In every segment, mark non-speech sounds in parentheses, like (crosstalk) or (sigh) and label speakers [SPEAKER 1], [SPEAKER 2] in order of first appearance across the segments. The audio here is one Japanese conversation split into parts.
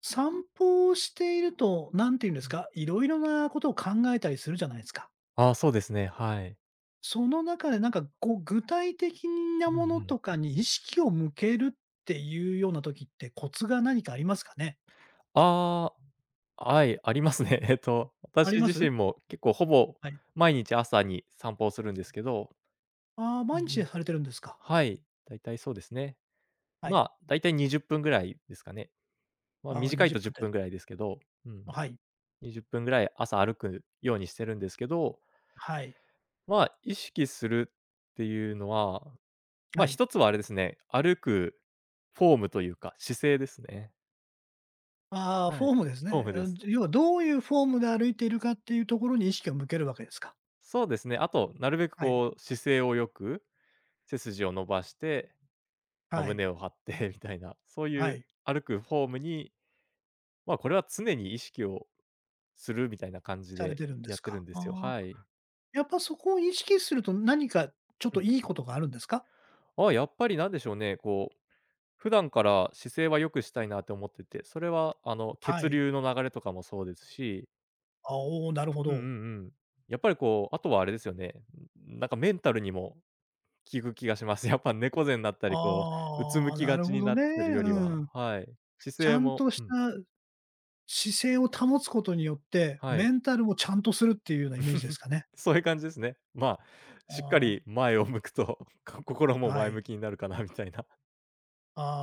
[SPEAKER 1] 散歩をしていると、何て言うんで
[SPEAKER 2] う
[SPEAKER 1] す
[SPEAKER 2] ん。
[SPEAKER 1] か、いろいろなことを考えたりするじゃないですか。
[SPEAKER 2] ああ、そうですね、はい。
[SPEAKER 1] その中でなんかこう、具体的な
[SPEAKER 2] うんう
[SPEAKER 1] もの
[SPEAKER 2] ん。
[SPEAKER 1] とかに意識を向けるっていうような時って、コツが何かありますかね？
[SPEAKER 2] ああ、はい、ありますね。(laughs)
[SPEAKER 1] あ
[SPEAKER 2] 私
[SPEAKER 1] りま
[SPEAKER 2] 自
[SPEAKER 1] す？
[SPEAKER 2] 身も結構ほぼ
[SPEAKER 1] はい。
[SPEAKER 2] 毎日朝に散歩をするんですけど、
[SPEAKER 1] ああ、
[SPEAKER 2] うんう
[SPEAKER 1] 毎日
[SPEAKER 2] ん。
[SPEAKER 1] されてるんですか。
[SPEAKER 2] はい、だいたいそうですね。
[SPEAKER 1] は
[SPEAKER 2] ま
[SPEAKER 1] い。
[SPEAKER 2] あ、だいたい20分ぐらいですかね。まあ、
[SPEAKER 1] ああ、
[SPEAKER 2] 短い
[SPEAKER 1] 20
[SPEAKER 2] と
[SPEAKER 1] 分
[SPEAKER 2] 10
[SPEAKER 1] っぷんっ
[SPEAKER 2] 分
[SPEAKER 1] て
[SPEAKER 2] ぐらいですけど、うん、
[SPEAKER 1] はい。
[SPEAKER 2] 20分ぐらい朝歩くようにしてるんですけど、
[SPEAKER 1] はい。
[SPEAKER 2] まあ、意識するっていうのは、まあ、
[SPEAKER 1] はい。
[SPEAKER 2] 一つはあれですね、歩くフォームというか、姿勢ですね。
[SPEAKER 1] ああ、
[SPEAKER 2] は
[SPEAKER 1] フォ
[SPEAKER 2] い、
[SPEAKER 1] ームです
[SPEAKER 2] フォー
[SPEAKER 1] ね。
[SPEAKER 2] ムで
[SPEAKER 1] あ
[SPEAKER 2] す。
[SPEAKER 1] 要はどういうフォームで歩いているかっていうところに意識を向けるわけですか。
[SPEAKER 2] そうですね。あと、なるべく
[SPEAKER 1] はい。
[SPEAKER 2] こう姿勢を良く、背筋を伸ばして、まあ、
[SPEAKER 1] はい。
[SPEAKER 2] 胸を張って (laughs) みたいな、そう
[SPEAKER 1] は
[SPEAKER 2] いう
[SPEAKER 1] い。
[SPEAKER 2] 歩くフォームに、まあ、これは常に意識をするみたいな感じ
[SPEAKER 1] され
[SPEAKER 2] で
[SPEAKER 1] てるんで
[SPEAKER 2] や
[SPEAKER 1] す
[SPEAKER 2] ってる
[SPEAKER 1] か。
[SPEAKER 2] んですよ。
[SPEAKER 1] あ
[SPEAKER 2] は
[SPEAKER 1] あ。
[SPEAKER 2] い。
[SPEAKER 1] やっぱそこを意識すると、何かちょっ
[SPEAKER 2] う
[SPEAKER 1] といい
[SPEAKER 2] ん。
[SPEAKER 1] ことがあるんですか？
[SPEAKER 2] あ、やっぱりなんでしょうね、こう、普段から姿勢は良くしたいなと思ってて、それはあの、
[SPEAKER 1] は
[SPEAKER 2] 血
[SPEAKER 1] い。
[SPEAKER 2] 流の流れとかもそうですし、
[SPEAKER 1] あ、おお、なるほ
[SPEAKER 2] うんう
[SPEAKER 1] ど。
[SPEAKER 2] んうん。やっぱりこう、あとはあれですよね、なんかメンタルにも聞く気がします。(laughs) やっぱ猫背になったり、こう、うつむ
[SPEAKER 1] ああ、
[SPEAKER 2] き
[SPEAKER 1] な
[SPEAKER 2] が
[SPEAKER 1] る
[SPEAKER 2] ち
[SPEAKER 1] ほ
[SPEAKER 2] に
[SPEAKER 1] ど
[SPEAKER 2] な
[SPEAKER 1] ね。
[SPEAKER 2] ってるより
[SPEAKER 1] う
[SPEAKER 2] は、
[SPEAKER 1] ん。
[SPEAKER 2] はい。姿
[SPEAKER 1] ちゃ
[SPEAKER 2] 勢
[SPEAKER 1] ん
[SPEAKER 2] も
[SPEAKER 1] とし
[SPEAKER 2] う
[SPEAKER 1] た
[SPEAKER 2] ん、
[SPEAKER 1] 姿勢を保つことによって、
[SPEAKER 2] は
[SPEAKER 1] メ
[SPEAKER 2] い。
[SPEAKER 1] ンタルもちゃんとするっていうようなイメージです
[SPEAKER 2] (laughs)
[SPEAKER 1] かね。
[SPEAKER 2] そういう感じですね。まあ、しっか
[SPEAKER 1] あ
[SPEAKER 2] り前を向くと、(laughs) か心
[SPEAKER 1] あ、
[SPEAKER 2] も
[SPEAKER 1] は
[SPEAKER 2] 前
[SPEAKER 1] い。
[SPEAKER 2] 向きになるかなみたいな、(laughs)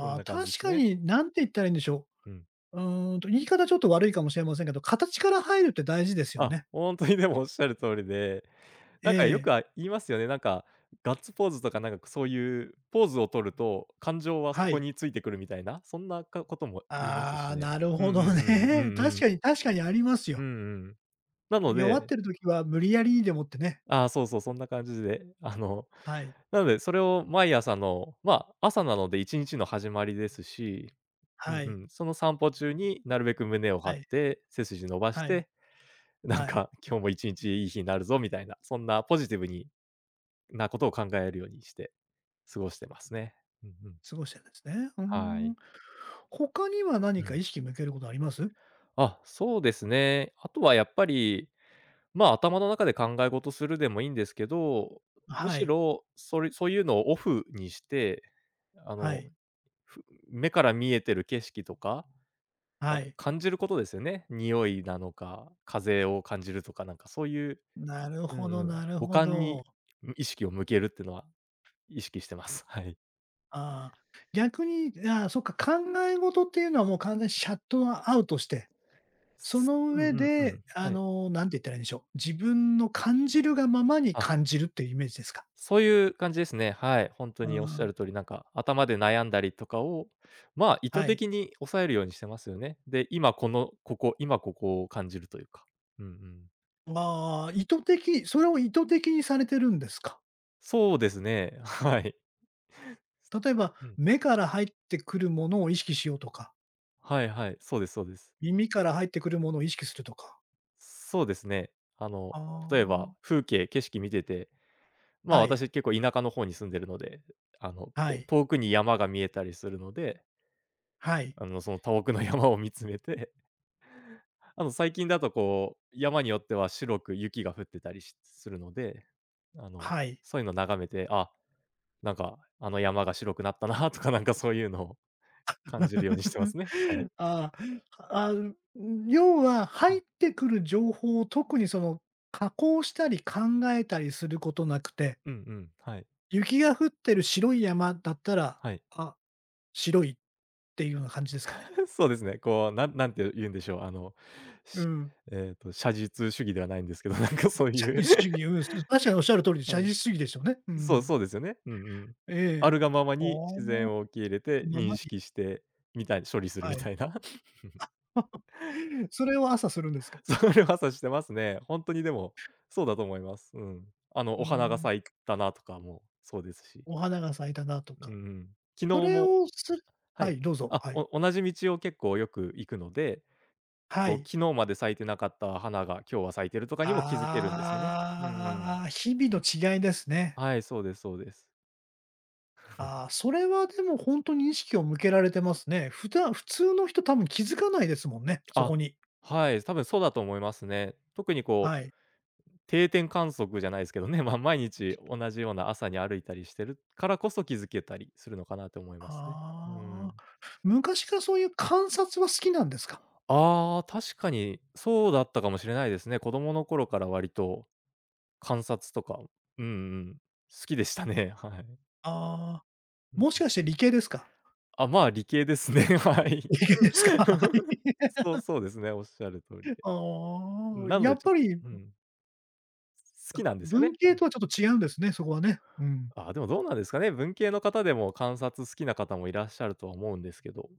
[SPEAKER 2] そん
[SPEAKER 1] あ、
[SPEAKER 2] な感じで
[SPEAKER 1] 確
[SPEAKER 2] す
[SPEAKER 1] か
[SPEAKER 2] ね。
[SPEAKER 1] に、なんて言ったらいいんでしょ
[SPEAKER 2] うん。
[SPEAKER 1] う。うーんと、言い方ちょっと悪いかもしれませんけど、形から入るって大事ですよ
[SPEAKER 2] あ、
[SPEAKER 1] ね。
[SPEAKER 2] 本当にでもおっしゃる通りで、
[SPEAKER 1] え
[SPEAKER 2] なんかよ
[SPEAKER 1] え、
[SPEAKER 2] く、あ、言いますよね。なんか、ガッツポーズとかなんかそういうポーズを取ると、感情はそ
[SPEAKER 1] は
[SPEAKER 2] こ
[SPEAKER 1] い。
[SPEAKER 2] についてくるみたいな、そんなかことも言います
[SPEAKER 1] あ
[SPEAKER 2] し
[SPEAKER 1] あ、
[SPEAKER 2] ね。
[SPEAKER 1] なる
[SPEAKER 2] う
[SPEAKER 1] ほ
[SPEAKER 2] んう
[SPEAKER 1] ど
[SPEAKER 2] ん
[SPEAKER 1] ね。
[SPEAKER 2] うんうん。う
[SPEAKER 1] (laughs)
[SPEAKER 2] ん
[SPEAKER 1] 確
[SPEAKER 2] うん。
[SPEAKER 1] かに確かにあります
[SPEAKER 2] う
[SPEAKER 1] よ。
[SPEAKER 2] んうん。なの
[SPEAKER 1] 弱っ
[SPEAKER 2] で、
[SPEAKER 1] てる時は無理やりにでもってね、
[SPEAKER 2] ああ、そうそう、そんな感じで、あの、
[SPEAKER 1] はい、
[SPEAKER 2] なので、それを毎朝の、まあ、朝なので1日の始まりですし、う
[SPEAKER 1] は
[SPEAKER 2] んう
[SPEAKER 1] い、
[SPEAKER 2] ん、その散歩中になるべく胸を張
[SPEAKER 1] は
[SPEAKER 2] っ
[SPEAKER 1] い、
[SPEAKER 2] て、背筋伸ばし
[SPEAKER 1] はい、
[SPEAKER 2] て、なん
[SPEAKER 1] はい、
[SPEAKER 2] か (laughs) 今日も1日いい日になるぞみたいな、そんなポジティブになことを考えるようにして過ごしてますね。うんうん。
[SPEAKER 1] 過ごしてるんですね。うー
[SPEAKER 2] はい。
[SPEAKER 1] ん。他には何
[SPEAKER 2] う
[SPEAKER 1] か
[SPEAKER 2] ん。
[SPEAKER 1] 意識向けることあります？
[SPEAKER 2] あ、そうですね。あとはやっぱり、まあ、頭の中で考え事するでもいいんですけど、む
[SPEAKER 1] は
[SPEAKER 2] し
[SPEAKER 1] い、
[SPEAKER 2] ろそれそういうのをオフにして、あ
[SPEAKER 1] は
[SPEAKER 2] の、
[SPEAKER 1] い、
[SPEAKER 2] ふ目から見えてる景色とか、
[SPEAKER 1] は
[SPEAKER 2] あ、
[SPEAKER 1] い。
[SPEAKER 2] 感じることですよね。匂いなのか、風を感じるとか、なんかそういう、
[SPEAKER 1] なる
[SPEAKER 2] う
[SPEAKER 1] ほ
[SPEAKER 2] んう
[SPEAKER 1] ど
[SPEAKER 2] ん。
[SPEAKER 1] なる
[SPEAKER 2] 五
[SPEAKER 1] ほ
[SPEAKER 2] 感
[SPEAKER 1] ど。
[SPEAKER 2] に、意識を向けるっていうのは意識してます。はい。
[SPEAKER 1] ああ、逆に、ああ、そっか、考え事っていうのはもう完全にシャットアウトして、そ
[SPEAKER 2] す
[SPEAKER 1] の
[SPEAKER 2] う
[SPEAKER 1] 上
[SPEAKER 2] んうんう
[SPEAKER 1] で、
[SPEAKER 2] ん。
[SPEAKER 1] あ
[SPEAKER 2] はい。
[SPEAKER 1] の、なんて言ったらいいんでしょう、自分の感じるがままに
[SPEAKER 2] あ、
[SPEAKER 1] 感じるっていうイメージですか？
[SPEAKER 2] そういう感じですね。はい。ほんと
[SPEAKER 1] う
[SPEAKER 2] におっしゃ
[SPEAKER 1] ん、
[SPEAKER 2] る通り、なんか頭で悩んだりとかを、まあ、意図
[SPEAKER 1] はい。
[SPEAKER 2] 的に抑えるようにしてますよね。で、今このここ、今ここを感じるというか。うんうん。
[SPEAKER 1] まあ、意図的それを意図的にされてるんですか？
[SPEAKER 2] そうですね。はい。
[SPEAKER 1] 例えば、
[SPEAKER 2] うん。
[SPEAKER 1] 目から入ってくるものを意識しようとか、
[SPEAKER 2] はいはい、そうですそうです。
[SPEAKER 1] 耳から入ってくるものを意識するとか。
[SPEAKER 2] そうですね。あの、
[SPEAKER 1] あ
[SPEAKER 2] 例えば
[SPEAKER 1] あ、
[SPEAKER 2] 風景、景色見てて、まあ、
[SPEAKER 1] はい、
[SPEAKER 2] 私結構田舎の方に住んでるので、あの、
[SPEAKER 1] はい、
[SPEAKER 2] 遠くに山が見えたりするので、
[SPEAKER 1] はい、
[SPEAKER 2] あの、その遠くの (laughs) 山を見つめて、あの、最近だとこう、山によっては白く雪が降ってたりしするので、あの、
[SPEAKER 1] はい。
[SPEAKER 2] そういうの眺めて、あ、なんか、あの山が白くなったなとか、なんかそういうのを感じるようにしてますね。はい。
[SPEAKER 1] (laughs) ああ、あ、要は
[SPEAKER 2] う
[SPEAKER 1] 入
[SPEAKER 2] ん、
[SPEAKER 1] ってくる情報を特にその、加工したり考えたりすることなくて、
[SPEAKER 2] うんうん、はい、
[SPEAKER 1] 雪が降ってる白い山だったら、
[SPEAKER 2] はい。
[SPEAKER 1] あ、白いっていうような感じですかね？
[SPEAKER 2] (laughs) そうですね。こう、なんなんて言うんでしょう、あの、
[SPEAKER 1] う
[SPEAKER 2] し、
[SPEAKER 1] ん。
[SPEAKER 2] 写実主義ではないんですけど、なんかそうい
[SPEAKER 1] 社
[SPEAKER 2] う
[SPEAKER 1] 会主義、
[SPEAKER 2] (laughs)、
[SPEAKER 1] うん、確かにおっしゃる通りで、社
[SPEAKER 2] はい。(laughs)
[SPEAKER 1] 会主義ですよね。う
[SPEAKER 2] そう
[SPEAKER 1] ん。
[SPEAKER 2] そうですよね。うんうん。
[SPEAKER 1] え
[SPEAKER 2] あ
[SPEAKER 1] え。
[SPEAKER 2] るがまま
[SPEAKER 1] あ
[SPEAKER 2] に自然
[SPEAKER 1] あ、
[SPEAKER 2] を受け入れて、
[SPEAKER 1] まま
[SPEAKER 2] 認
[SPEAKER 1] に
[SPEAKER 2] 識してみたい処理する
[SPEAKER 1] は
[SPEAKER 2] み
[SPEAKER 1] い。
[SPEAKER 2] たいな、(laughs)
[SPEAKER 1] (laughs) それを朝するんですか？
[SPEAKER 2] それはさしてますね。本当にでも、そうだと思います。うん。あ
[SPEAKER 1] う
[SPEAKER 2] の、
[SPEAKER 1] ー
[SPEAKER 2] お花が
[SPEAKER 1] ん、
[SPEAKER 2] 咲いたなとかもそうですし。
[SPEAKER 1] お花が咲いたなと
[SPEAKER 2] うんう
[SPEAKER 1] か。
[SPEAKER 2] ん。昨日
[SPEAKER 1] それ
[SPEAKER 2] も、
[SPEAKER 1] をす
[SPEAKER 2] は
[SPEAKER 1] は
[SPEAKER 2] い。
[SPEAKER 1] い、どうぞ、
[SPEAKER 2] あ、
[SPEAKER 1] はい。
[SPEAKER 2] お同じ道を結構よく行くので、
[SPEAKER 1] は
[SPEAKER 2] こう、
[SPEAKER 1] い。
[SPEAKER 2] 昨日まで咲いてなかった花が今日は咲いてるとかにも気づけるんですよね。うんうん。
[SPEAKER 1] ああ、日々の違いですね。
[SPEAKER 2] はい、そうですそうです。
[SPEAKER 1] ああ、それはでもほんとに意識を向けられてますね。普通の人多分気づかないですもんね、そ
[SPEAKER 2] あ、
[SPEAKER 1] こに。
[SPEAKER 2] はい、多分そうだと思いますね。特にこ
[SPEAKER 1] はい。
[SPEAKER 2] う、定点観測じゃないですけどね、まあ、毎日同じような朝に歩いたりしてるからこそ気づけたりするのかなと思いますね。う
[SPEAKER 1] あ
[SPEAKER 2] ん。
[SPEAKER 1] あ、昔からそういう観察は好きなんですか？
[SPEAKER 2] ああ、確かにそうだったかもしれないですね。子供の頃から割と観察とか、うんうん、好きでしたね、(laughs) はい。
[SPEAKER 1] ああ、もしかして理系ですか？
[SPEAKER 2] あ、まあ、理系ですね。(laughs) はい。
[SPEAKER 1] 理系
[SPEAKER 2] うん
[SPEAKER 1] ですか？(laughs) はい。
[SPEAKER 2] (laughs)。そう、そうですね、おっしゃる通りで。う
[SPEAKER 1] あ
[SPEAKER 2] ん
[SPEAKER 1] あ、
[SPEAKER 2] なの
[SPEAKER 1] や
[SPEAKER 2] で
[SPEAKER 1] っ
[SPEAKER 2] ちょっ
[SPEAKER 1] ぱ
[SPEAKER 2] と、
[SPEAKER 1] り、
[SPEAKER 2] うん、好き
[SPEAKER 1] あ、
[SPEAKER 2] なんですよ
[SPEAKER 1] 文
[SPEAKER 2] ね。
[SPEAKER 1] 系とはちょっと違うんですね、そこはね。うん。
[SPEAKER 2] あでもどうなんですかね。文系の方でも観察好きな方もいらっしゃるとは思うんですけど。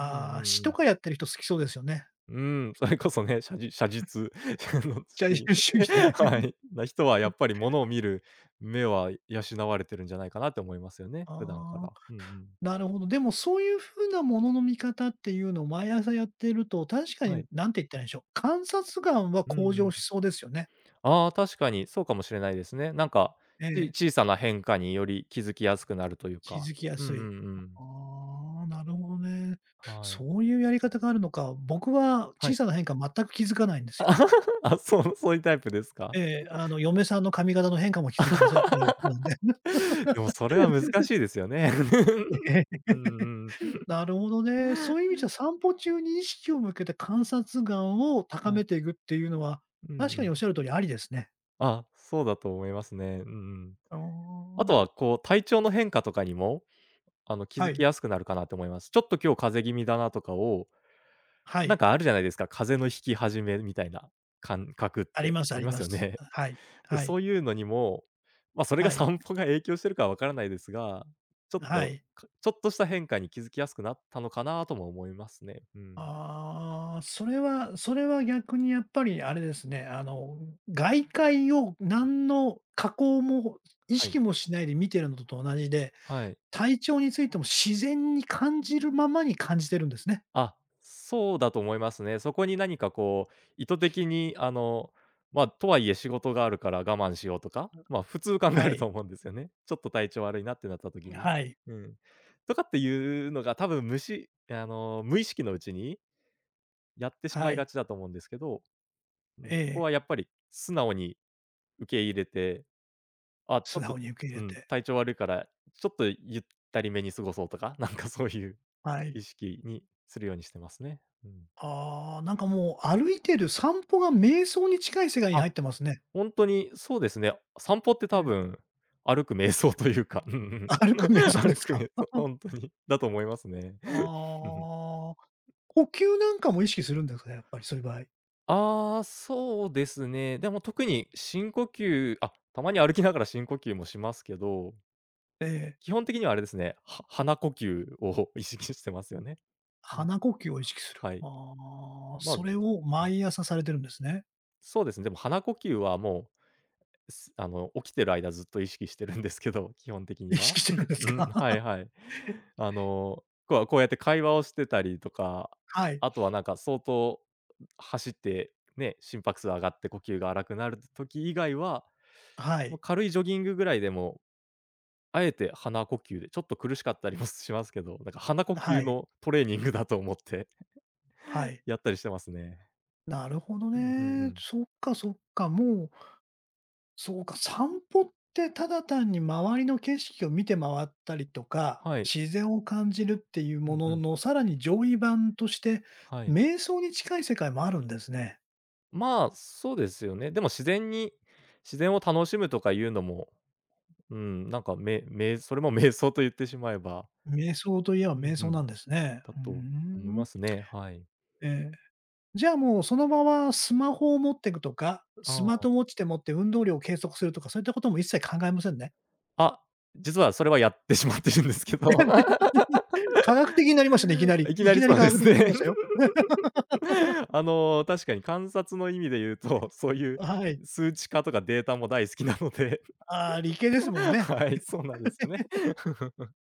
[SPEAKER 2] うんう
[SPEAKER 1] あ、
[SPEAKER 2] ん
[SPEAKER 1] 詩
[SPEAKER 2] う
[SPEAKER 1] と
[SPEAKER 2] ん。
[SPEAKER 1] かやってる人好きそうですよね。
[SPEAKER 2] うん、それこそね、写実写実 (laughs) の
[SPEAKER 1] 最
[SPEAKER 2] 次
[SPEAKER 1] 終主義で。
[SPEAKER 2] (laughs) はい、な人はやっぱり
[SPEAKER 1] (laughs)
[SPEAKER 2] 物を見る目は養われてるんじゃないかなって思いますよね、普段か
[SPEAKER 1] ああ、
[SPEAKER 2] ら。うんうん。
[SPEAKER 1] なるほど。でもそういう風なものの見方っていうのを毎朝やってると、確か
[SPEAKER 2] は
[SPEAKER 1] に
[SPEAKER 2] い。
[SPEAKER 1] 何て言ったらいいんでしょう、観察眼は
[SPEAKER 2] う
[SPEAKER 1] 向
[SPEAKER 2] んう
[SPEAKER 1] 上し
[SPEAKER 2] ん。
[SPEAKER 1] そうですよね。
[SPEAKER 2] ああ、確かにそうかもしれないですね。なんか、
[SPEAKER 1] え
[SPEAKER 2] ち
[SPEAKER 1] え。
[SPEAKER 2] 小さな変化により気づきやすくなるという
[SPEAKER 1] 気
[SPEAKER 2] か。
[SPEAKER 1] づきや
[SPEAKER 2] うん
[SPEAKER 1] す
[SPEAKER 2] うん
[SPEAKER 1] い。
[SPEAKER 2] うん。
[SPEAKER 1] ああ、なるほどね。
[SPEAKER 2] はい。
[SPEAKER 1] そういうやり方があるのか。僕は
[SPEAKER 2] は
[SPEAKER 1] 小
[SPEAKER 2] い。
[SPEAKER 1] さな変化全く気づかないんですよ。
[SPEAKER 2] (laughs) あ、そう、そういうタイプですか？
[SPEAKER 1] ええ、あの、嫁さんの髪型の変化も気づきません。みたいなことなんで。
[SPEAKER 2] (laughs) でもそれは難しいですよね。
[SPEAKER 1] (laughs) ええ。
[SPEAKER 2] (laughs) うんうん。
[SPEAKER 1] なるほどね。そういう意味じゃ散歩中に意識を向けて観察眼を高
[SPEAKER 2] はい。
[SPEAKER 1] めていくっていうのは、
[SPEAKER 2] うんう
[SPEAKER 1] 確かにおっし
[SPEAKER 2] ん。
[SPEAKER 1] ゃる通りありですね。
[SPEAKER 2] あ、そうだと思いますね。うんうん。
[SPEAKER 1] あ
[SPEAKER 2] あと
[SPEAKER 1] あ。
[SPEAKER 2] はこう体調の変化とかにも、あの、気
[SPEAKER 1] は
[SPEAKER 2] づき
[SPEAKER 1] い。
[SPEAKER 2] やすくなるかなと思います。ちょっと今日風邪気味だなとかを、
[SPEAKER 1] は
[SPEAKER 2] なん
[SPEAKER 1] い。
[SPEAKER 2] かあるじゃないですか、風邪の引き始めみたいな感覚って
[SPEAKER 1] あります
[SPEAKER 2] あ
[SPEAKER 1] あ
[SPEAKER 2] り
[SPEAKER 1] り
[SPEAKER 2] ま
[SPEAKER 1] ま
[SPEAKER 2] すよ
[SPEAKER 1] す。
[SPEAKER 2] ね。
[SPEAKER 1] はい。
[SPEAKER 2] で、
[SPEAKER 1] は
[SPEAKER 2] そ
[SPEAKER 1] い。
[SPEAKER 2] ういうのにも、まあ、それが
[SPEAKER 1] はい。
[SPEAKER 2] 散歩が影響してるかはわからないですが、ちょっ
[SPEAKER 1] は
[SPEAKER 2] と、
[SPEAKER 1] い。
[SPEAKER 2] かちょっとした変化に気づきやすくなったのかなとも思いますね。うん。
[SPEAKER 1] ああ、それはそれは逆にやっぱりあれですね、あの、外界を何の加工も意
[SPEAKER 2] は
[SPEAKER 1] 識
[SPEAKER 2] い。
[SPEAKER 1] もしないで見てるのと同じで、
[SPEAKER 2] はい。
[SPEAKER 1] 体調についても自然に感じるままに感じてるんですね。
[SPEAKER 2] あ、そうだと思いますね。そこに何かこう、意図的にあの、まあ、とはいえ仕事があるから我慢しようとか、まあ、普通考え
[SPEAKER 1] は
[SPEAKER 2] ると
[SPEAKER 1] い。
[SPEAKER 2] 思うんですよね。ちょっと体調悪いなってなった時に。
[SPEAKER 1] はい。
[SPEAKER 2] うん。とかっていうのが多分無しあの、無意識のうちにやってし
[SPEAKER 1] は
[SPEAKER 2] まいが
[SPEAKER 1] い。
[SPEAKER 2] ちだと思うんですけど、うん、
[SPEAKER 1] え
[SPEAKER 2] そこ
[SPEAKER 1] え、
[SPEAKER 2] はやっぱり素直に受け入れて、あ、ち
[SPEAKER 1] 素
[SPEAKER 2] ょっと、
[SPEAKER 1] 直に受け入
[SPEAKER 2] う
[SPEAKER 1] れ
[SPEAKER 2] ん、
[SPEAKER 1] て。
[SPEAKER 2] 体調悪いから、ちょっとゆったりめに過ごそうとか、(laughs) なんかそういう
[SPEAKER 1] はい。
[SPEAKER 2] 意識にするようにしてますね。うん。
[SPEAKER 1] ああ、なんかもう歩いてる散歩が瞑想に近い世界に
[SPEAKER 2] あ、
[SPEAKER 1] 入ってますね。
[SPEAKER 2] ほんとにそうですね。散歩って
[SPEAKER 1] え
[SPEAKER 2] 多
[SPEAKER 1] え。
[SPEAKER 2] 分、歩く瞑想というか、(laughs) うんう
[SPEAKER 1] (laughs)
[SPEAKER 2] ん。
[SPEAKER 1] 歩く瞑想で
[SPEAKER 2] 歩
[SPEAKER 1] す
[SPEAKER 2] く
[SPEAKER 1] か？
[SPEAKER 2] 瞑想、ほんとに、だと思いますね。う
[SPEAKER 1] あ
[SPEAKER 2] ん、
[SPEAKER 1] あ、呼吸なんかも意識するんですかね？やっぱりそういう場合。
[SPEAKER 2] ああ、そうですね。でも特に深呼吸あ、たまに歩きながら深呼吸もしますけど
[SPEAKER 1] ええ。
[SPEAKER 2] 基本的にはあれですね、は鼻呼吸を (laughs) 意識してますよね。うん、
[SPEAKER 1] 鼻呼吸を意識する。
[SPEAKER 2] はい。
[SPEAKER 1] ああ、
[SPEAKER 2] まあ、
[SPEAKER 1] そ
[SPEAKER 2] う
[SPEAKER 1] れを
[SPEAKER 2] ん、
[SPEAKER 1] 毎朝されてるんですね。
[SPEAKER 2] そうですね、でも鼻呼吸はもう、すあの、起きてる間ずっと意識してるんですけど、(laughs) 基本的
[SPEAKER 1] (laughs)
[SPEAKER 2] に
[SPEAKER 1] 意
[SPEAKER 2] は。
[SPEAKER 1] 識してるん
[SPEAKER 2] (laughs)
[SPEAKER 1] です
[SPEAKER 2] うん、
[SPEAKER 1] か？
[SPEAKER 2] はい
[SPEAKER 1] (laughs)
[SPEAKER 2] はい。あの、こうこうやって会話をしてたりとか、
[SPEAKER 1] はい。
[SPEAKER 2] あとはなんか相当走って、ね、心拍数上がって呼吸が荒くなる時以外は、
[SPEAKER 1] は
[SPEAKER 2] もう
[SPEAKER 1] い。
[SPEAKER 2] 軽いジョギングぐらいでもあえて鼻呼吸で、ちょっと苦しかったりも (laughs) しますけど、なんか鼻呼
[SPEAKER 1] は
[SPEAKER 2] 吸
[SPEAKER 1] い。
[SPEAKER 2] のトレーニングだと思って
[SPEAKER 1] は
[SPEAKER 2] (laughs)
[SPEAKER 1] い。
[SPEAKER 2] やったりしてますね。
[SPEAKER 1] なるほど
[SPEAKER 2] うんうんう
[SPEAKER 1] ね。
[SPEAKER 2] ん。
[SPEAKER 1] そっかそっか。もう、そうか、散歩ってただ単に周りの景色を見て回ったりとか、
[SPEAKER 2] はい。
[SPEAKER 1] 自然を感じるっていう
[SPEAKER 2] う
[SPEAKER 1] も
[SPEAKER 2] んう
[SPEAKER 1] の
[SPEAKER 2] ん。
[SPEAKER 1] のさらに上位版として、
[SPEAKER 2] はい。
[SPEAKER 1] 瞑想に近い世界もあるんですね。
[SPEAKER 2] まあ、そうですよね。でも自然を楽しむとかいうのも、うん、なんかそれも (laughs) 瞑想と言ってしまえば、
[SPEAKER 1] 瞑想といえば
[SPEAKER 2] うん
[SPEAKER 1] 瞑
[SPEAKER 2] う
[SPEAKER 1] 想
[SPEAKER 2] ん、
[SPEAKER 1] なんですね。う
[SPEAKER 2] だ
[SPEAKER 1] ー
[SPEAKER 2] と思いま
[SPEAKER 1] ん。
[SPEAKER 2] すね。はい。
[SPEAKER 1] ええ。じゃあ、もうその場はスマホを持っていくとか、ス
[SPEAKER 2] あ
[SPEAKER 1] マー
[SPEAKER 2] あ。
[SPEAKER 1] トウォッチでもって運動量を計測するとか、そういったことも一切考えませんね。
[SPEAKER 2] あ、実はそれはやってしまってるんですけど。
[SPEAKER 1] 科学的になりましたね、いきな
[SPEAKER 2] (laughs)
[SPEAKER 1] り。
[SPEAKER 2] いき
[SPEAKER 1] い
[SPEAKER 2] な
[SPEAKER 1] き
[SPEAKER 2] り
[SPEAKER 1] なり
[SPEAKER 2] そう
[SPEAKER 1] 科
[SPEAKER 2] で
[SPEAKER 1] 学
[SPEAKER 2] す
[SPEAKER 1] 的になり
[SPEAKER 2] ね。
[SPEAKER 1] ましたよ。
[SPEAKER 2] (laughs) 確かに観察の意味で言うと、(laughs) そういう
[SPEAKER 1] はい。
[SPEAKER 2] 数値化とかデータも大好きなので、
[SPEAKER 1] ああ、理系ですもん
[SPEAKER 2] (laughs)
[SPEAKER 1] ね。
[SPEAKER 2] はい、そうなんですよね。(laughs)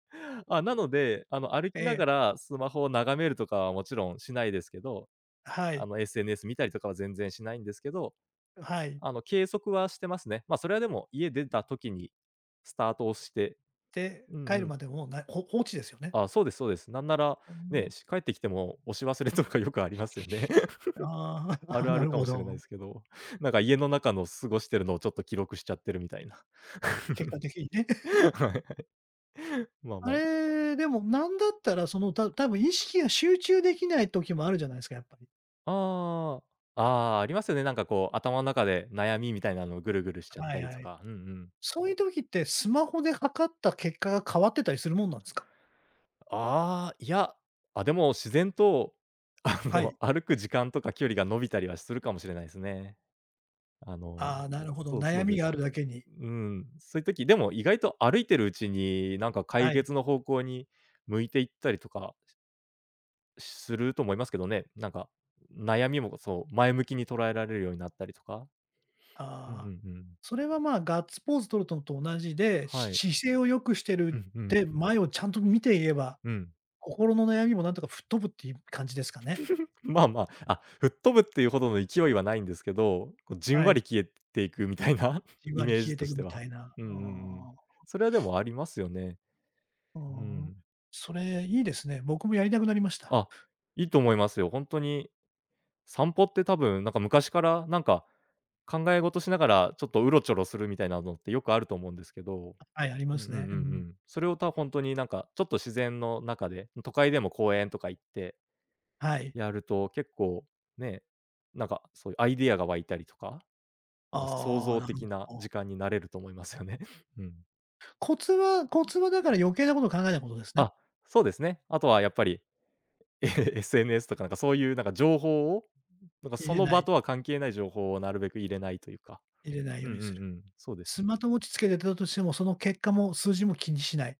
[SPEAKER 2] あ、なので、歩
[SPEAKER 1] え
[SPEAKER 2] きなが
[SPEAKER 1] え、
[SPEAKER 2] らスマホを眺めるとかはもちろんしないですけど、
[SPEAKER 1] はい、
[SPEAKER 2] SNS 見たりとかは全然しないんですけど、
[SPEAKER 1] はい。
[SPEAKER 2] 計測はしてますね。まあ、それはでも家出た時にスタートをして、
[SPEAKER 1] で、
[SPEAKER 2] うん
[SPEAKER 1] 帰
[SPEAKER 2] う
[SPEAKER 1] る
[SPEAKER 2] ん。
[SPEAKER 1] までもう、放置ですよね。
[SPEAKER 2] あ、そうですそうです。なんなら、
[SPEAKER 1] う
[SPEAKER 2] ね、
[SPEAKER 1] ん。
[SPEAKER 2] 帰ってきても押し忘れとかよくありますよね。
[SPEAKER 1] あ
[SPEAKER 2] あ
[SPEAKER 1] あ、(laughs)
[SPEAKER 2] るあ
[SPEAKER 1] な
[SPEAKER 2] る
[SPEAKER 1] る
[SPEAKER 2] か
[SPEAKER 1] ほ
[SPEAKER 2] もしれない
[SPEAKER 1] ど。
[SPEAKER 2] ですけど、(laughs) なんか家の中の過ごしてるのをちょっと記録しちゃってるみたいな。(laughs)
[SPEAKER 1] 結果的にね。(laughs)
[SPEAKER 2] はい。まあ
[SPEAKER 1] あ
[SPEAKER 2] まあ。
[SPEAKER 1] れ、でもなんだったら、その、多分意識が集中できない時もあるじゃないですか、やっぱり。
[SPEAKER 2] ああ、ああ、ありますよね。なんかこう、頭の中で悩みみたいなのをぐるぐるしちゃっ
[SPEAKER 1] は
[SPEAKER 2] た
[SPEAKER 1] い
[SPEAKER 2] り
[SPEAKER 1] は
[SPEAKER 2] と
[SPEAKER 1] い。
[SPEAKER 2] か。うんうん。
[SPEAKER 1] そういう時って、スマホで測った結果が変わってたりするもんなんですか？
[SPEAKER 2] ああ、いや、あ、でも自然と、(laughs)
[SPEAKER 1] はい。
[SPEAKER 2] 歩く時間とか距離が伸びたりはするかもしれないですね。あの、
[SPEAKER 1] ああ、なるほど、
[SPEAKER 2] そう
[SPEAKER 1] 悩
[SPEAKER 2] そう
[SPEAKER 1] み
[SPEAKER 2] で
[SPEAKER 1] が
[SPEAKER 2] す。
[SPEAKER 1] あるだけに。
[SPEAKER 2] うん、そういう時、でも意外と歩いてるうちに、なんか解
[SPEAKER 1] はい。
[SPEAKER 2] 決の方向に向いていったりとかすると思いますけどね。なんか、悩みもそう、前向きに捉えられるようになったりとか。うんうん
[SPEAKER 1] あ
[SPEAKER 2] う
[SPEAKER 1] あ、
[SPEAKER 2] ん。
[SPEAKER 1] それは、まあ、ガッツポーズ取るとのと同じで、し
[SPEAKER 2] はい。
[SPEAKER 1] 姿勢を良くして
[SPEAKER 2] う
[SPEAKER 1] る
[SPEAKER 2] んう
[SPEAKER 1] っ
[SPEAKER 2] ん。
[SPEAKER 1] て、前をちゃんと見ていれば、
[SPEAKER 2] うん。
[SPEAKER 1] 心の悩みもなんとか吹っ飛ぶっていう感じですかね。
[SPEAKER 2] まあまあ、あ、吹っ飛ぶっていうほどの勢いはないんですけど、こうじん
[SPEAKER 1] は
[SPEAKER 2] わり
[SPEAKER 1] い。
[SPEAKER 2] 消えていくみたいな
[SPEAKER 1] じ
[SPEAKER 2] (laughs)
[SPEAKER 1] ん
[SPEAKER 2] イ
[SPEAKER 1] わり
[SPEAKER 2] メー
[SPEAKER 1] 消え
[SPEAKER 2] ジ
[SPEAKER 1] て
[SPEAKER 2] と
[SPEAKER 1] い
[SPEAKER 2] し
[SPEAKER 1] く
[SPEAKER 2] て
[SPEAKER 1] み
[SPEAKER 2] は。
[SPEAKER 1] たいな。
[SPEAKER 2] うん
[SPEAKER 1] あ
[SPEAKER 2] うんうん。
[SPEAKER 1] あ、
[SPEAKER 2] それはでもありますよね。
[SPEAKER 1] う
[SPEAKER 2] う
[SPEAKER 1] ん。
[SPEAKER 2] ん。
[SPEAKER 1] それいいですね。僕もやりたくなりました。
[SPEAKER 2] あ、いいと思いますよ。本当に散歩って多分なんか昔からなんか、考え事しながらちょっとうろちょろするみたいなのってよくあると思うんですけど
[SPEAKER 1] はい、あり
[SPEAKER 2] う
[SPEAKER 1] ま
[SPEAKER 2] んうんう
[SPEAKER 1] す
[SPEAKER 2] ん
[SPEAKER 1] ね。う
[SPEAKER 2] う
[SPEAKER 1] ん。
[SPEAKER 2] ん。それをたほんになんか、ちょっと自然の中で、都会でも公園とか行って
[SPEAKER 1] はい。
[SPEAKER 2] やると、結構ね、なんかそういうアイデアが湧いたりとか、なんか創
[SPEAKER 1] ああ、
[SPEAKER 2] 造
[SPEAKER 1] なる
[SPEAKER 2] 的な
[SPEAKER 1] ほど。
[SPEAKER 2] 時間になれると思いますよね。(laughs) うん。
[SPEAKER 1] コツはだから余計なことを考えないことですね。
[SPEAKER 2] あ、そうですね。あとはやっぱり、SNS とかなんかそういうなんか情報を、なんか
[SPEAKER 1] 入
[SPEAKER 2] そ
[SPEAKER 1] れ
[SPEAKER 2] の
[SPEAKER 1] な
[SPEAKER 2] 場
[SPEAKER 1] い、
[SPEAKER 2] とは関係ない情報をなるべく入れないというか。
[SPEAKER 1] 入れない
[SPEAKER 2] う
[SPEAKER 1] よ
[SPEAKER 2] ん
[SPEAKER 1] う
[SPEAKER 2] う
[SPEAKER 1] に
[SPEAKER 2] ん
[SPEAKER 1] する。
[SPEAKER 2] うん、そうです
[SPEAKER 1] ス
[SPEAKER 2] ね。
[SPEAKER 1] マートウォッチつけてたとしても、その結果も数字も気にしない。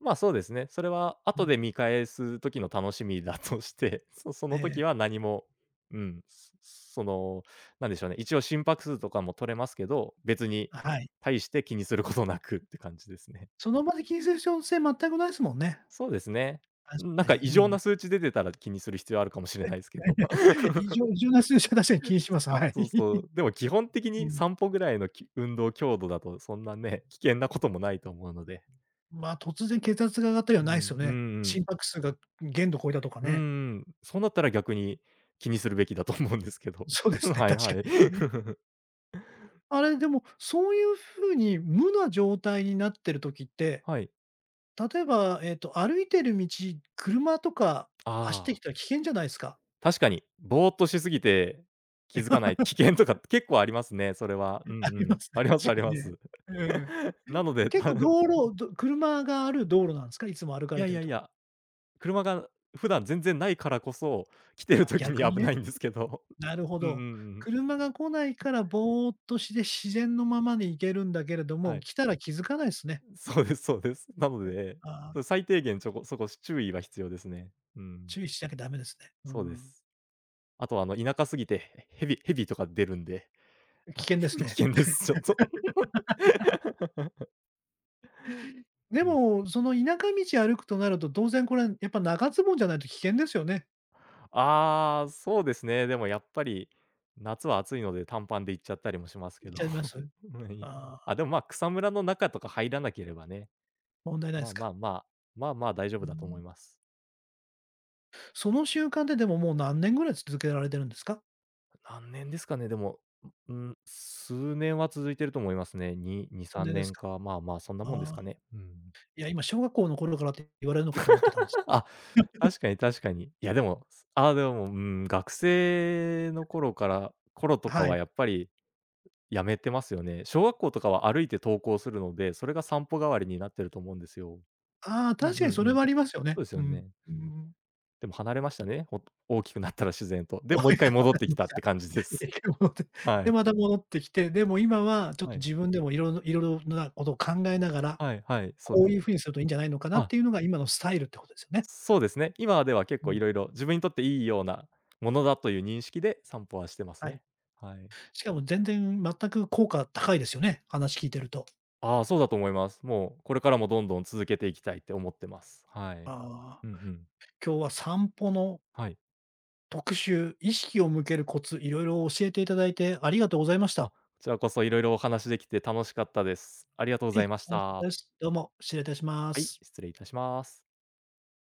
[SPEAKER 2] まあ、そうですね。それは
[SPEAKER 1] う
[SPEAKER 2] 後
[SPEAKER 1] ん。
[SPEAKER 2] で見返す時の楽しみだとして、(laughs) そそ
[SPEAKER 1] え
[SPEAKER 2] の
[SPEAKER 1] え、
[SPEAKER 2] 時は何も、うん、その、なんでしょうね、一応心拍数とかも取れますけど、別に
[SPEAKER 1] はい。
[SPEAKER 2] 大して気にすることなくって感じですね。
[SPEAKER 1] その場で気にする必要性全くないですもんね。
[SPEAKER 2] そうですね。
[SPEAKER 1] 確
[SPEAKER 2] なん
[SPEAKER 1] か
[SPEAKER 2] か
[SPEAKER 1] に。
[SPEAKER 2] 異
[SPEAKER 1] う
[SPEAKER 2] 常
[SPEAKER 1] ん。
[SPEAKER 2] な数値出てたら気にする必要あるかもしれないですけど。(laughs)
[SPEAKER 1] (laughs) 異常な数字は確かに気にします。はい。
[SPEAKER 2] そうそ
[SPEAKER 1] (laughs)
[SPEAKER 2] う。でも基本的
[SPEAKER 1] う
[SPEAKER 2] に
[SPEAKER 1] ん。
[SPEAKER 2] 散歩ぐらいの運動強度だとそんなね、危険なこともないと思うので。
[SPEAKER 1] まあ、突然血圧が上がったりは
[SPEAKER 2] う
[SPEAKER 1] ないです
[SPEAKER 2] ん、
[SPEAKER 1] よ
[SPEAKER 2] うんう
[SPEAKER 1] ね。
[SPEAKER 2] ん。
[SPEAKER 1] 心拍数が限度超えたとか
[SPEAKER 2] う
[SPEAKER 1] ね。
[SPEAKER 2] んん。そうなったら逆に気にするべきだと思うんですけど。
[SPEAKER 1] そうで
[SPEAKER 2] (laughs)
[SPEAKER 1] すね、
[SPEAKER 2] はい
[SPEAKER 1] 確
[SPEAKER 2] は
[SPEAKER 1] か
[SPEAKER 2] い。
[SPEAKER 1] に。(laughs)
[SPEAKER 2] (laughs)
[SPEAKER 1] あれ、でも、そういうふうに無な状態になってる時って
[SPEAKER 2] はい。
[SPEAKER 1] 例えば、歩いてる道、車とか
[SPEAKER 2] あ
[SPEAKER 1] 走ってき
[SPEAKER 2] あ、
[SPEAKER 1] たら危険じゃないですか。
[SPEAKER 2] 確かに。ぼーっとしすぎて気づかない危
[SPEAKER 1] (laughs)
[SPEAKER 2] 険とか結構ありますね、それは。う
[SPEAKER 1] あ
[SPEAKER 2] んう
[SPEAKER 1] りま
[SPEAKER 2] ん。
[SPEAKER 1] すね、
[SPEAKER 2] あります
[SPEAKER 1] 確
[SPEAKER 2] あ
[SPEAKER 1] か
[SPEAKER 2] りま
[SPEAKER 1] にね。
[SPEAKER 2] す。
[SPEAKER 1] うん。
[SPEAKER 2] (laughs) なので、
[SPEAKER 1] 結構道
[SPEAKER 2] (laughs)
[SPEAKER 1] 路ど車がある道路なんですか？いつも歩か
[SPEAKER 2] い
[SPEAKER 1] れ
[SPEAKER 2] や
[SPEAKER 1] て
[SPEAKER 2] い
[SPEAKER 1] る
[SPEAKER 2] やい
[SPEAKER 1] とこ。
[SPEAKER 2] や、車が普段全然ないからこそ、来てる
[SPEAKER 1] あ、
[SPEAKER 2] 時に
[SPEAKER 1] 逆に
[SPEAKER 2] 危
[SPEAKER 1] ね。
[SPEAKER 2] ないんですけど。
[SPEAKER 1] なるほ
[SPEAKER 2] (laughs) うんうん
[SPEAKER 1] ど。
[SPEAKER 2] うん。
[SPEAKER 1] 車が来ないからぼーっとして自然のままに行けるんだけれど
[SPEAKER 2] は
[SPEAKER 1] も、
[SPEAKER 2] い。
[SPEAKER 1] 来たら気づかないですね。
[SPEAKER 2] そうですそうです。なので、
[SPEAKER 1] あー
[SPEAKER 2] 最低限ちょこそこ注意は必要ですね。うん。
[SPEAKER 1] 注意しなきゃダメですね。う
[SPEAKER 2] そうで
[SPEAKER 1] ん。
[SPEAKER 2] す。あと、田舎すぎて、蛇とか出るんで、
[SPEAKER 1] 危
[SPEAKER 2] あ
[SPEAKER 1] 険で
[SPEAKER 2] (laughs)
[SPEAKER 1] す
[SPEAKER 2] 危
[SPEAKER 1] ね。
[SPEAKER 2] 険です、ちょっと。
[SPEAKER 1] で
[SPEAKER 2] うん。
[SPEAKER 1] も、その田舎道歩くとなると、当然これやっぱ長ズボンじゃないと危険ですよね。
[SPEAKER 2] (laughs) ああ、そうですね。でもやっぱり、夏は暑いので短パンで行っちゃったりもします
[SPEAKER 1] 行
[SPEAKER 2] け
[SPEAKER 1] っ
[SPEAKER 2] ど。(laughs)
[SPEAKER 1] ちゃ
[SPEAKER 2] は
[SPEAKER 1] います？
[SPEAKER 2] い。
[SPEAKER 1] ああ。
[SPEAKER 2] あ、でも、草むらの中とか入らなければね、
[SPEAKER 1] 問題ないで
[SPEAKER 2] ま
[SPEAKER 1] す
[SPEAKER 2] あま
[SPEAKER 1] か？
[SPEAKER 2] あまあ、まあまあ大丈
[SPEAKER 1] うー
[SPEAKER 2] 夫だと思
[SPEAKER 1] ん。
[SPEAKER 2] います。
[SPEAKER 1] その習慣ってでももう何年ぐらい続けられてるんですか？
[SPEAKER 2] 何年ですかね、でも、うん、数年は続いてると思いますね。2、2、
[SPEAKER 1] それ
[SPEAKER 2] 3
[SPEAKER 1] でです
[SPEAKER 2] 年
[SPEAKER 1] か？
[SPEAKER 2] か、まあまあ、そんなもんです
[SPEAKER 1] ああ、
[SPEAKER 2] かね。うん。
[SPEAKER 1] いや、今小学校の頃からって言われるのかと思ってたんです。
[SPEAKER 2] (laughs) あ確かに確かに。いやでも、ああ、でも、うん、学生の頃とか
[SPEAKER 1] は
[SPEAKER 2] は
[SPEAKER 1] い。
[SPEAKER 2] やっぱりやめてますよね。小学校とかは歩いて登校するので、それが散歩代わりになってると思うんですよ。
[SPEAKER 1] ああ、
[SPEAKER 2] うん
[SPEAKER 1] 確
[SPEAKER 2] う
[SPEAKER 1] かにそ
[SPEAKER 2] んう
[SPEAKER 1] れ
[SPEAKER 2] ん。
[SPEAKER 1] はありますよね。
[SPEAKER 2] そうです
[SPEAKER 1] う
[SPEAKER 2] よ
[SPEAKER 1] ん。
[SPEAKER 2] ね。
[SPEAKER 1] うーん。
[SPEAKER 2] でも離れましたね、大きくなったら自然と。
[SPEAKER 1] (laughs) おや、
[SPEAKER 2] で、もう一回
[SPEAKER 1] (unintelligible) ま
[SPEAKER 2] 戻ってきたって
[SPEAKER 1] た。
[SPEAKER 2] 感じです。
[SPEAKER 1] で、
[SPEAKER 2] (laughs)
[SPEAKER 1] (laughs) 戻って、
[SPEAKER 2] は
[SPEAKER 1] で、
[SPEAKER 2] い。
[SPEAKER 1] また戻ってきて、でも今はちょっ
[SPEAKER 2] は
[SPEAKER 1] と
[SPEAKER 2] い。
[SPEAKER 1] 自分でもいろいろなことを考えながら、
[SPEAKER 2] はいはい、そうで
[SPEAKER 1] こ
[SPEAKER 2] す。
[SPEAKER 1] ういう風にするといいんじゃないのかなっ
[SPEAKER 2] あ、
[SPEAKER 1] ていうのが今のスタイルってことですよね。
[SPEAKER 2] そうですね。今では結
[SPEAKER 1] う
[SPEAKER 2] 構い
[SPEAKER 1] ん。
[SPEAKER 2] ろいろ自分にとっていいようなものだという認識で散歩はしてます
[SPEAKER 1] はい。
[SPEAKER 2] ね。はい。
[SPEAKER 1] しかも全然全く効果高いですよね、話聞いてると。
[SPEAKER 2] ああ、そうだと思います。もうこれからもどんどん続けていきたいって思ってます。はい。
[SPEAKER 1] ああ、
[SPEAKER 2] うんうん。
[SPEAKER 1] 今日は散歩の
[SPEAKER 2] はい。
[SPEAKER 1] 特集、意識を向けるコツ、いろいろ教えていただいてありがとうございまし
[SPEAKER 2] あ、
[SPEAKER 1] た。
[SPEAKER 2] こちらこそいろいろお話できて楽しかったです。ありがとうご
[SPEAKER 1] え
[SPEAKER 2] ざいまし
[SPEAKER 1] 楽しかった
[SPEAKER 2] た。
[SPEAKER 1] です。どうも、失礼いたしま
[SPEAKER 2] はい、
[SPEAKER 1] す。
[SPEAKER 2] 失礼いたします。